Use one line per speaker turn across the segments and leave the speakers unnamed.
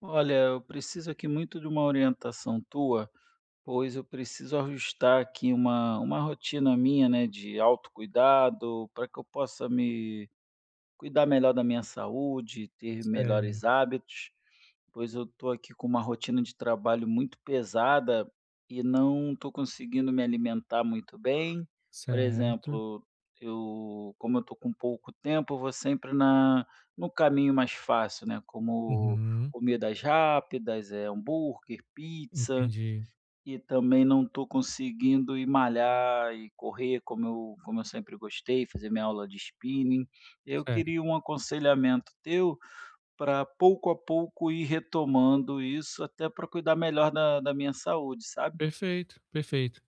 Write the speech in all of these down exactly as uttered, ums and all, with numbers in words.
Olha, eu preciso aqui muito de uma orientação tua, pois eu preciso ajustar aqui uma, uma rotina minha, né, de autocuidado, para que eu possa me cuidar melhor da minha saúde, ter melhores
Certo,
hábitos, pois eu tô aqui com uma rotina de trabalho muito pesada e não estou conseguindo me alimentar muito bem. Por
certo.
exemplo, eu, como eu tô com pouco tempo, eu vou sempre na, no caminho mais fácil, né? Como
Uhum.
comidas rápidas, é, hambúrguer, pizza.
Entendi.
E também não estou conseguindo ir malhar e correr como eu como eu sempre gostei, fazer minha aula de spinning. Eu
Certo.
queria um aconselhamento teu para pouco a pouco ir retomando isso, até para cuidar melhor da da minha saúde, sabe.
Perfeito, perfeito.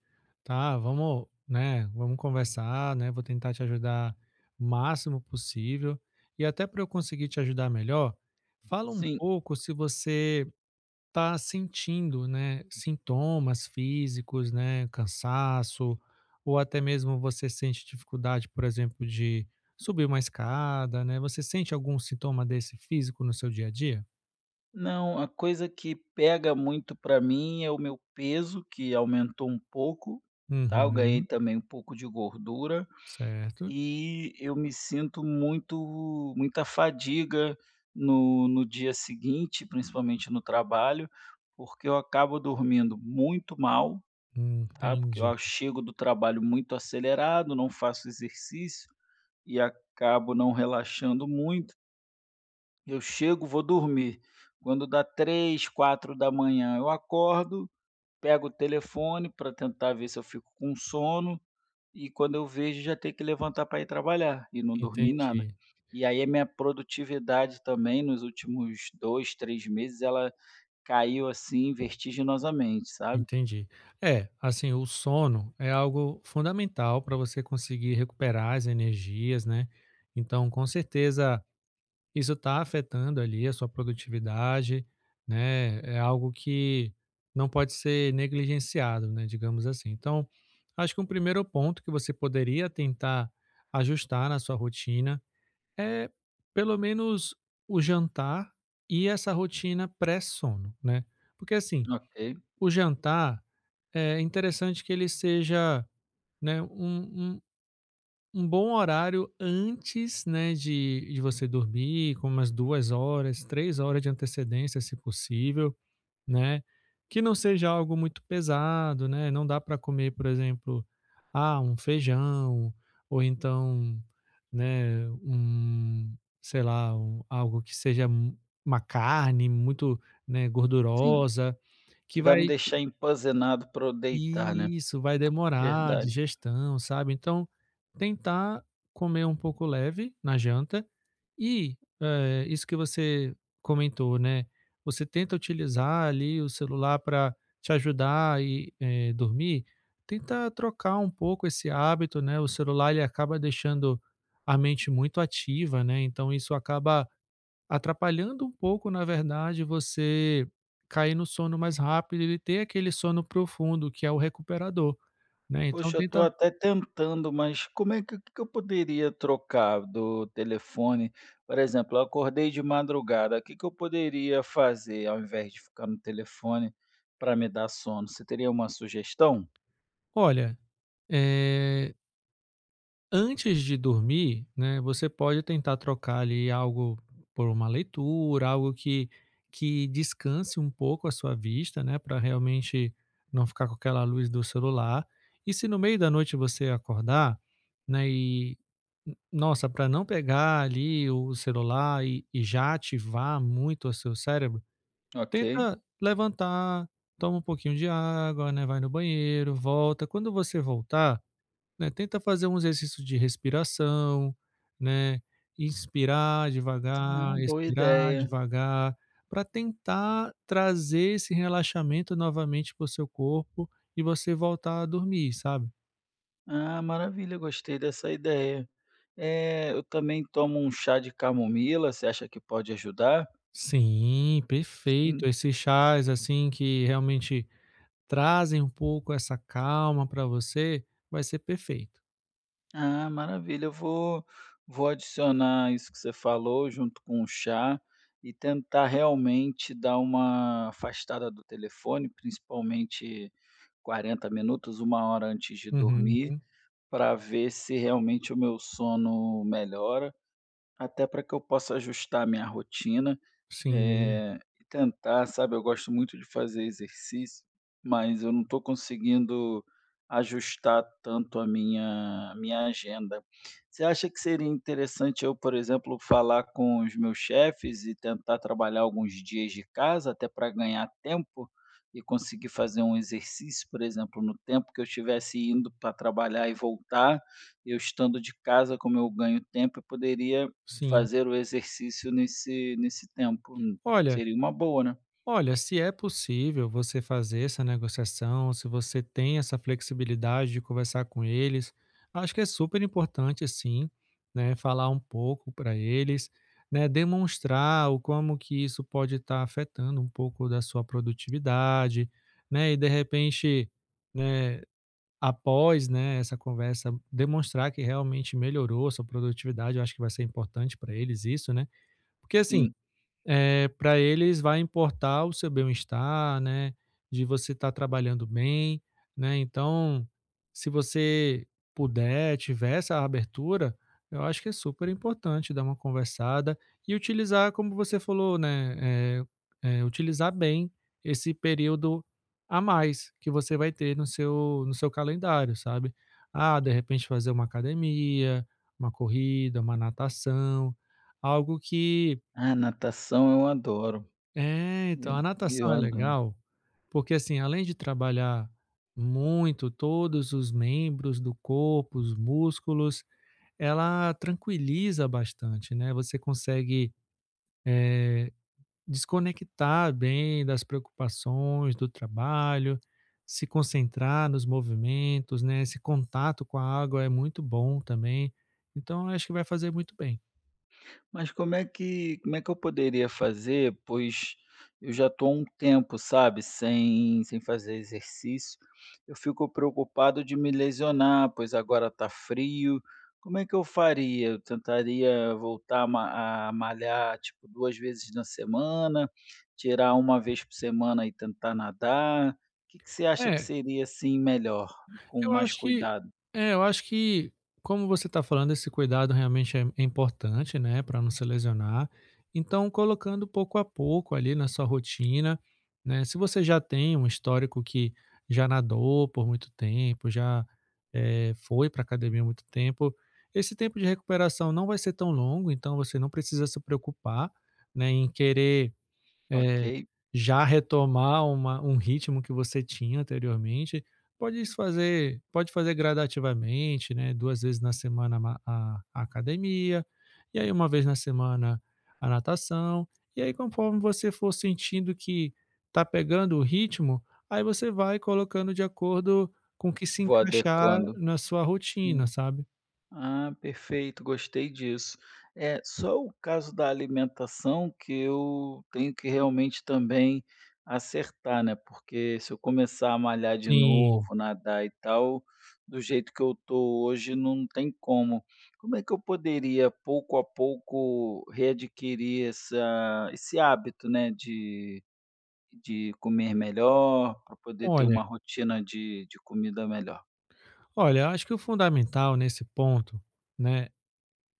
Tá, vamos, né, vamos conversar, né, vou tentar te ajudar o máximo possível. E até para eu conseguir te ajudar melhor, fala um
Sim,
pouco se você tá sentindo, né, sintomas físicos, né, cansaço, ou até mesmo você sente dificuldade, por exemplo, de subir uma escada, né? Você sente algum sintoma desse físico no seu dia a dia?
não, a coisa que pega muito para mim é o meu peso, que aumentou um pouco, tá. Eu ganhei
Uhum,
também um pouco de gordura.
certo.
E eu me sinto muito muita fadiga no no dia seguinte, principalmente no trabalho, porque eu acabo dormindo muito mal,
Hum,
tá, porque
Entendi,
eu chego do trabalho muito acelerado, não faço exercício e acabo não relaxando muito. Eu chego, vou dormir. Quando dá três, quatro da manhã eu acordo, pego o telefone para tentar ver se eu fico com sono e quando eu vejo, já tenho que levantar para ir trabalhar e não dormi nada.
entendi,
E aí a minha produtividade também nos últimos dois, três meses, ela caiu assim vertiginosamente, sabe?
entendi. É, assim, o sono é algo fundamental para você conseguir recuperar as energias, né? Então, com certeza, isso está afetando ali a sua produtividade, né? É algo que não pode ser negligenciado, né? Digamos assim. Então, acho que um primeiro ponto que você poderia tentar ajustar na sua rotina é, pelo menos o jantar e essa rotina pré-sono, né. Porque, assim,
Ok.
o jantar é interessante que ele seja, né, um um um bom horário antes, né, de de você dormir, com umas duas horas, três horas de antecedência, se possível, né, que não seja algo muito pesado, né, não dá para comer, por exemplo, ah, um feijão, ou então, né, um, sei lá, um- algo que seja mu- uma carne muito, né,
Sim,
gordurosa, que
que vai me
vai
deixar empanzenado para eu deitar, né?
isso, vai demorar a
Verdade.
digestão, sabe. Então, tentar comer um pouco leve na janta e, eh, isso que você comentou, né, você tenta utilizar ali o celular para te ajudar e, eh, dormir, tenta trocar um pouco esse hábito, né, o celular ele acaba deixando a mente muito ativa, né, então isso acaba atrapalhando um pouco, na verdade, você cair no sono mais rápido e ter aquele sono profundo que é o recuperador, né, então
Poxa, eu
tenta
estou até tentando, mas como é que o que que eu poderia trocar do telefone? Por exemplo, eu acordei de madrugada, o que que eu poderia fazer ao invés de ficar no telefone para me dar sono? Você teria uma sugestão?
olha, eh antes de dormir, né, você pode tentar trocar ali algo por uma leitura, algo que, que descanse um pouco a sua vista, né, para realmente não ficar com aquela luz do celular. E se no meio da noite você acordar, né, e nossa, para não pegar ali o celular e, e já ativar muito o seu cérebro,
Ok.
tenta levantar, toma um pouquinho de água, né, vai no banheiro, volta. Quando você voltar, né, tenta fazer um exercício de respiração, né, inspirar
Ah,
devagar,
boa
expirar
ideia.
devagar, para tentar trazer esse relaxamento novamente para o seu corpo e você voltar a dormir, sabe.
Ah, maravilha, gostei dessa ideia. É, eu também tomo um chá de camomila, você acha que pode ajudar?
Sim, perfeito.
Sim.
Esses chás, assim, que realmente trazem um pouco essa calma para você, vai ser perfeito.
Ah, maravilha. Eu vou vou adicionar isso que você falou junto com o chá e tentar realmente dar uma afastada do telefone, principalmente quarenta minutos, uma hora antes de dormir,
Uhum.
para ver se realmente o meu sono melhora. Até para que eu possa ajustar a minha rotina,
Sim,
eh, e tentar, sabe, eu gosto muito de fazer exercício, mas eu não estou conseguindo ajustar tanto a minha minha agenda. Você acha que seria interessante eu, por exemplo, falar com os meus chefes e tentar trabalhar alguns dias de casa, até para ganhar tempo e conseguir fazer um exercício, por exemplo, no tempo que eu estivesse indo para trabalhar e voltar, eu estando de casa, como eu ganho tempo, eu poderia
sim.
fazer o exercício nesse nesse tempo, hum,
Olha,
seria uma boa, né.
olha, se é possível você fazer essa negociação, se você tem essa flexibilidade de conversar com eles, acho que é super importante sim, né, falar um pouco para eles, né, demonstrar o como que isso pode estar afetando um pouco da sua produtividade, né, e de repente, né, após, né, essa conversa, demonstrar que realmente melhorou a sua produtividade, eu acho que vai ser importante para eles isso, né? Porque assim,
Sim.
para eles vai importar o seu bem-estar, né, de você estar trabalhando bem, né, então, se você puder, tiver essa abertura, eu acho que é super importante dar uma conversada e utilizar, como você falou, né, eh eh, utilizar bem esse período a mais que você vai ter no seu no seu calendário, sabe. Ah, de repente fazer uma academia, uma corrida, uma natação, algo que
Ah, natação eu adoro,
é, então
e
a
eu
natação é
adoro.
legal, porque assim, além de trabalhar muito todos os membros do corpo, os músculos, ela tranquiliza bastante, né? Você consegue desconectar bem das preocupações do trabalho, se concentrar nos movimentos, né? Esse contato com a água é muito bom também. Então, eu acho que vai fazer muito bem.
Mas como é que como é que eu poderia fazer? Pois eu já estou há um tempo, sabe, sem sem fazer exercício. Eu fico preocupado de me lesionar, pois agora está frio. Como é que eu faria? Eu tentaria voltar a ma- a malhar, tipo, duas vezes na semana, tirar uma vez por semana e tentar nadar. O que que você acha que
É,
seria assim melhor, com
eu
mais
acho que
cuidado?
é, eu acho que, como você está falando, esse cuidado realmente é é importante, né, para não se lesionar. Então, colocando pouco a pouco ali na sua rotina, né, se você já tem um histórico que já nadou por muito tempo, já, eh, foi para academia há muito tempo, esse tempo de recuperação não vai ser tão longo, então você não precisa se preocupar, né, em querer eh,
Ok,
já retomar uma um ritmo que você tinha anteriormente, pode isso fazer pode fazer gradativamente, né, duas vezes na semana ma a a academia, e aí uma vez na semana a natação, e aí conforme você for sentindo que está pegando o ritmo, aí você vai colocando de acordo com o que se
vou
encaixar
adequando.
na sua
Sim.
rotina, sabe.
Ah, perfeito, gostei disso. É, só o caso da alimentação que eu tenho que realmente também acertar, né? Porque se eu começar a malhar de
Sim.
novo, nadar e tal, do jeito que eu tô hoje, não tem como. Como é que eu poderia, pouco a pouco, readquirir essa, esse hábito, né? De, de comer melhor, para poder ter
Olha,
uma rotina de, de comida melhor,
olha, acho que o fundamental nesse ponto, né,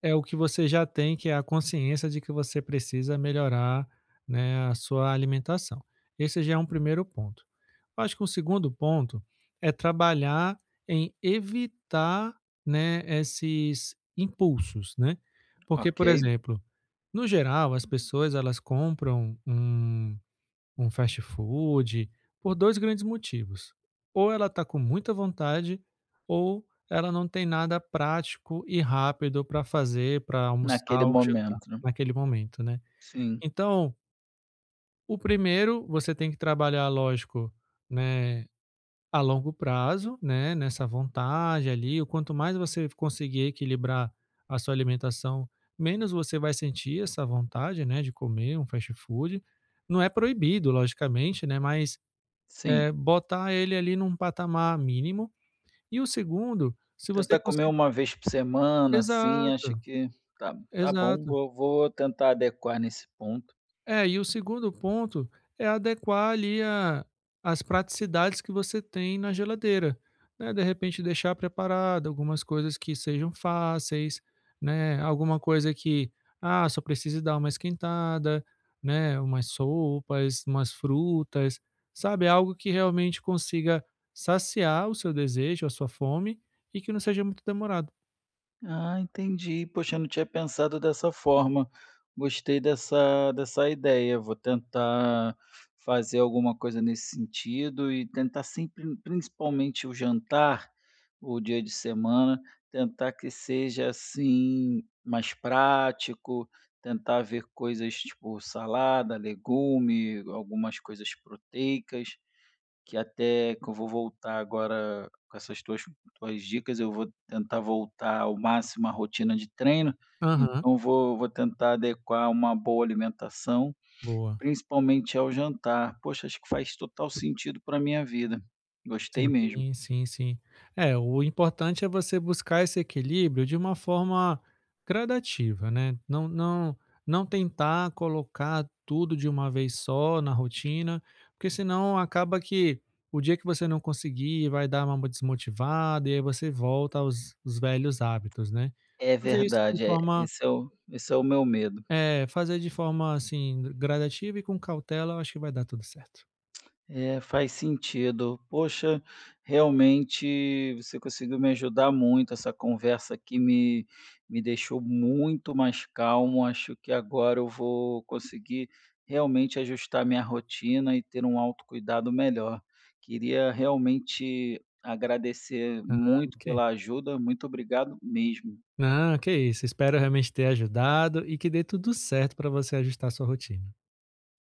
é o que você já tem, que é a consciência de que você precisa melhorar, né, a sua alimentação. Esse já é um primeiro ponto. Eu acho que um segundo ponto é trabalhar em evitar, né, esses impulsos, né? Porque, por
ok?
exemplo, no geral, as pessoas elas compram um um fast food, por dois grandes motivos: ou ela está com muita vontade, ou ela não tem nada prático e rápido para fazer, para almoçar
Naquele
ou jantar
momento, né?
naquele momento, né.
Sim.
Então, o primeiro, você tem que trabalhar, lógico, né, a longo prazo, né, nessa vontade ali, o quanto mais você conseguir equilibrar a sua alimentação, menos você vai sentir essa vontade, né, de comer um fast food. Não é proibido, logicamente, né, mas
Sim,
eh, botar ele ali num patamar mínimo. E o segundo, se você
tentar
consi
comer uma vez por semana, assim, acho
exato,
que: "Tá tá bom,
exato.
vou vou tentar adequar nesse ponto".
É, e o segundo ponto é adequar ali a as praticidades que você tem na geladeira, né, de repente deixar preparado algumas coisas que sejam fáceis, né, alguma coisa que, ah, só precise dar uma esquentada, né, umas sopas, umas frutas, sabe, algo que realmente consiga saciar o seu desejo, a sua fome, e que não seja muito demorado.
Ah, entendi. Poxa, eu não tinha pensado dessa forma. Gostei dessa, dessa ideia. Vou tentar fazer alguma coisa nesse sentido e tentar sempre, principalmente o jantar, o dia de semana, tentar que seja assim mais prático, tentar ver coisas tipo salada, legume, algumas coisas proteicas. Que até que eu vou voltar agora com essas tuas tuas dicas, eu vou tentar voltar ao máximo à rotina de treino,
Aham,
então vou vou tentar adequar uma boa alimentação,
boa.
principalmente ao jantar. Poxa, acho que faz total sentido para minha vida. Gostei mesmo.
Sim, sim, sim. É, o importante é você buscar esse equilíbrio de uma forma gradativa, né? Não, não, não tentar colocar tudo de uma vez só na rotina, porque senão acaba que o dia que você não conseguir vai dar uma desmotivada e aí você volta aos, aos velhos hábitos, né?
É
Fazer isso de
verdade, é
forma,
esse é o esse é o meu medo.
é, fazer de forma assim gradativa e com cautela, eu acho que vai dar tudo certo.
É, faz sentido. Poxa, realmente você conseguiu me ajudar muito. Essa conversa aqui me, me deixou muito mais calmo. Acho que agora eu vou conseguir realmente ajustar minha rotina e ter um autocuidado melhor. Queria realmente agradecer
Ah,
muito
ok.
pela ajuda. Muito obrigado mesmo.
Não, que isso. Espero realmente ter ajudado e que dê tudo certo para você ajustar sua rotina.